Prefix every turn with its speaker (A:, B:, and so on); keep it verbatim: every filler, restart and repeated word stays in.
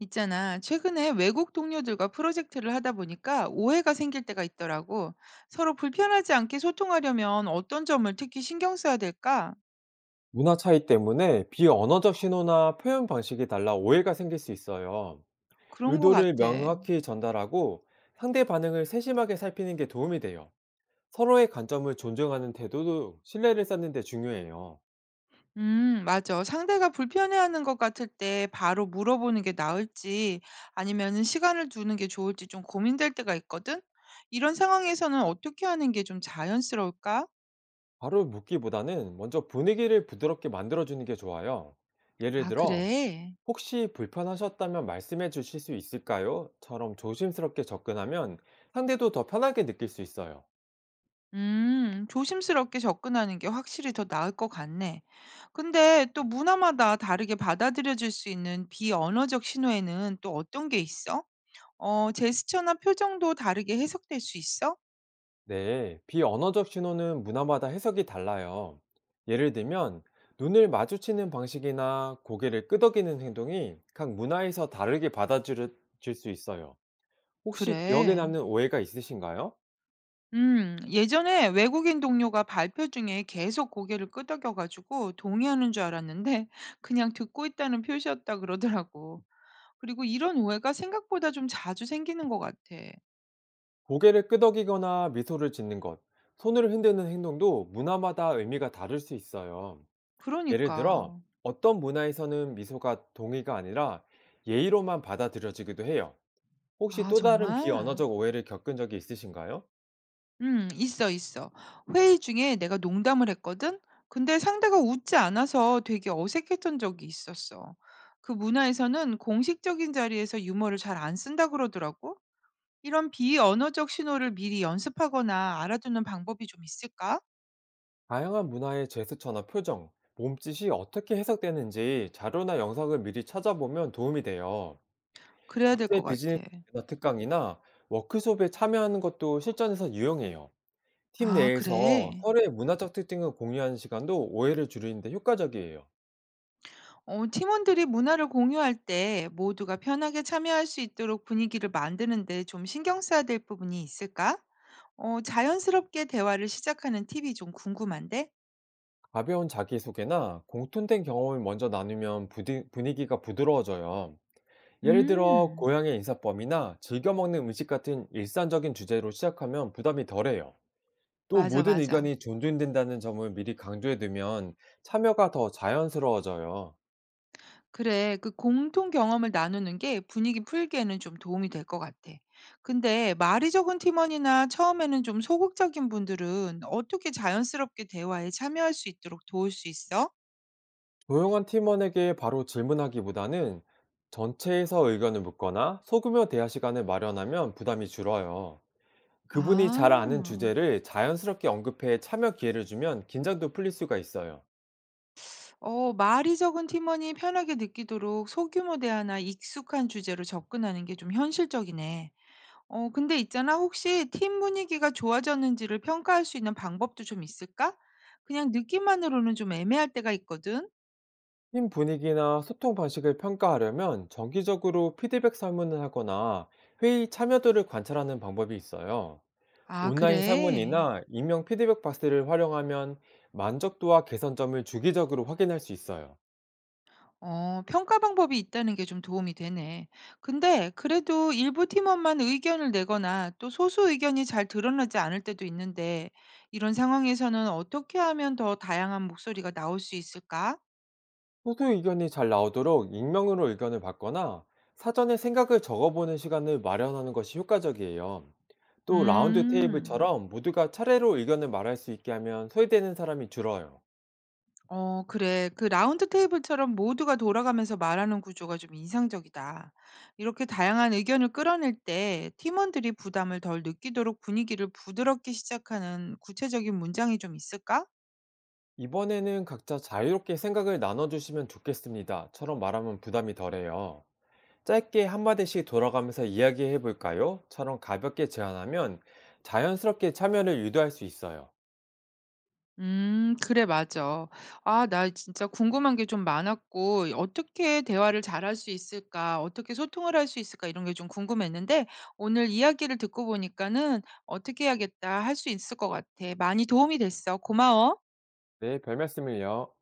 A: 있잖아. 최근에 외국 동료들과 프로젝트를 하다 보니까 오해가 생길 때가 있더라고. 서로 불편하지 않게 소통하려면 어떤 점을 특히 신경 써야 될까?
B: 문화 차이 때문에 비언어적 신호나 표현 방식이 달라 오해가 생길 수 있어요.
A: 그런 거
B: 의도를
A: 같아.
B: 명확히 전달하고 상대 반응을 세심하게 살피는 게 도움이 돼요. 서로의 관점을 존중하는 태도도 신뢰를 쌓는 데 중요해요.
A: 음, 맞아. 상대가 불편해하는 것 같을 때 바로 물어보는 게 나을지 아니면 시간을 두는 게 좋을지 좀 고민될 때가 있거든? 이런 상황에서는 어떻게 하는 게 좀 자연스러울까?
B: 바로 묻기보다는 먼저 분위기를 부드럽게 만들어주는 게 좋아요. 예를
A: 아,
B: 들어,
A: 그래.
B: 혹시 불편하셨다면 말씀해 주실 수 있을까요? 처럼 조심스럽게 접근하면 상대도 더 편하게 느낄 수 있어요.
A: 음, 조심스럽게 접근하는 게 확실히 더 나을 것 같네. 근데 또 문화마다 다르게 받아들여질 수 있는 비언어적 신호에는 또 어떤 게 있어? 어, 제스처나 표정도 다르게 해석될 수 있어?
B: 네, 비언어적 신호는 문화마다 해석이 달라요. 예를 들면, 눈을 마주치는 방식이나 고개를 끄덕이는 행동이 각 문화에서 다르게 받아들여질 수 있어요. 혹시 기억에
A: 그래.
B: 남는 오해가 있으신가요?
A: 음, 예전에 외국인 동료가 발표 중에 계속 고개를 끄덕여가지고 동의하는 줄 알았는데 그냥 듣고 있다는 표시였다 그러더라고. 그리고 이런 오해가 생각보다 좀 자주 생기는 것 같아.
B: 고개를 끄덕이거나 미소를 짓는 것, 손을 흔드는 행동도 문화마다 의미가 다를 수 있어요. 예를
A: 그러니까.
B: 들어, 어떤 문화에서는 미소가 동의가 아니라 예의로만 받아들여지기도 해요. 혹시
A: 아,
B: 또 다른
A: 정말?
B: 비언어적 오해를 겪은 적이 있으신가요?
A: 음 있어, 있어. 회의 중에 내가 농담을 했거든? 근데 상대가 웃지 않아서 되게 어색했던 적이 있었어. 그 문화에서는 공식적인 자리에서 유머를 잘 안 쓴다 그러더라고. 이런 비언어적 신호를 미리 연습하거나 알아두는 방법이 좀 있을까?
B: 다양한 문화의 제스처나 표정, 몸짓이 어떻게 해석되는지 자료나 영상을 미리 찾아보면 도움이 돼요.
A: 그래야 될 것
B: 국제 비즈니스
A: 같아.
B: 특강이나 워크숍에 참여하는 것도 실전에서 유용해요. 팀
A: 아,
B: 내에서
A: 그래.
B: 서로의 문화적 특징을 공유하는 시간도 오해를 줄이는데 효과적이에요.
A: 어, 팀원들이 문화를 공유할 때 모두가 편하게 참여할 수 있도록 분위기를 만드는데 좀 신경 써야 될 부분이 있을까? 어 자연스럽게 대화를 시작하는 팁이 좀 궁금한데?
B: 가벼운 자기소개나 공통된 경험을 먼저 나누면 부디- 분위기가 부드러워져요. 예를 들어,
A: 음.
B: 고향의 인사법이나 즐겨 먹는 음식 같은 일상적인 주제로 시작하면 부담이 덜해요. 또
A: 맞아,
B: 모든
A: 맞아.
B: 의견이 존중된다는 점을 미리 강조해 두면 참여가 더 자연스러워져요.
A: 그래. 그 공통 경험을 나누는 게 분위기 풀기에는 좀 도움이 될 것 같아. 근데 말이 적은 팀원이나 처음에는 좀 소극적인 분들은 어떻게 자연스럽게 대화에 참여할 수 있도록 도울 수 있어?
B: 조용한 팀원에게 바로 질문하기보다는 전체에서 의견을 묻거나 소규모 대화 시간을 마련하면 부담이 줄어요. 그분이 잘 아는
A: 아.
B: 주제를 자연스럽게 언급해 참여 기회를 주면 긴장도 풀릴 수가 있어요.
A: 어, 말이 적은 팀원이 편하게 느끼도록 소규모 대화나 익숙한 주제로 접근하는 게 좀 현실적이네. 어, 근데 있잖아. 혹시 팀 분위기가 좋아졌는지를 평가할 수 있는 방법도 좀 있을까? 그냥 느낌만으로는 좀 애매할 때가 있거든.
B: 팀 분위기나 소통 방식을 평가하려면 정기적으로 피드백 설문을 하거나 회의 참여도를 관찰하는 방법이 있어요.
A: 아,
B: 온라인
A: 그래.
B: 설문이나 익명 피드백 박스를 활용하면 만족도와 개선점을 주기적으로 확인할 수 있어요.
A: 어, 평가 방법이 있다는 게 좀 도움이 되네. 근데 그래도 일부 팀원만 의견을 내거나 또 소수 의견이 잘 드러나지 않을 때도 있는데 이런 상황에서는 어떻게 하면 더 다양한 목소리가 나올 수 있을까?
B: 소수 의견이 잘 나오도록 익명으로 의견을 받거나 사전에 생각을 적어보는 시간을 마련하는 것이 효과적이에요. 또 라운드
A: 음.
B: 테이블처럼 모두가 차례로 의견을 말할 수 있게 하면 소외되는 사람이 줄어요.
A: 어, 그래. 그 라운드 테이블처럼 모두가 돌아가면서 말하는 구조가 좀 인상적이다. 이렇게 다양한 의견을 끌어낼 때 팀원들이 부담을 덜 느끼도록 분위기를 부드럽게 시작하는 구체적인 문장이 좀 있을까?
B: 이번에는 각자 자유롭게 생각을 나눠주시면 좋겠습니다.처럼 말하면 부담이 덜해요. 짧게 한마디씩 돌아가면서 이야기해 볼까요? 처럼 가볍게 제안하면 자연스럽게 참여를 유도할 수 있어요.
A: 음, 그래, 맞아. 아, 나 진짜 궁금한 게 좀 많았고, 어떻게 대화를 잘할 수 있을까, 어떻게 소통을 할 수 있을까, 이런 게 좀 궁금했는데, 오늘 이야기를 듣고 보니까는 어떻게 해야겠다, 할 수 있을 것 같아. 많이 도움이 됐어. 고마워.
B: 네, 별 말씀을요.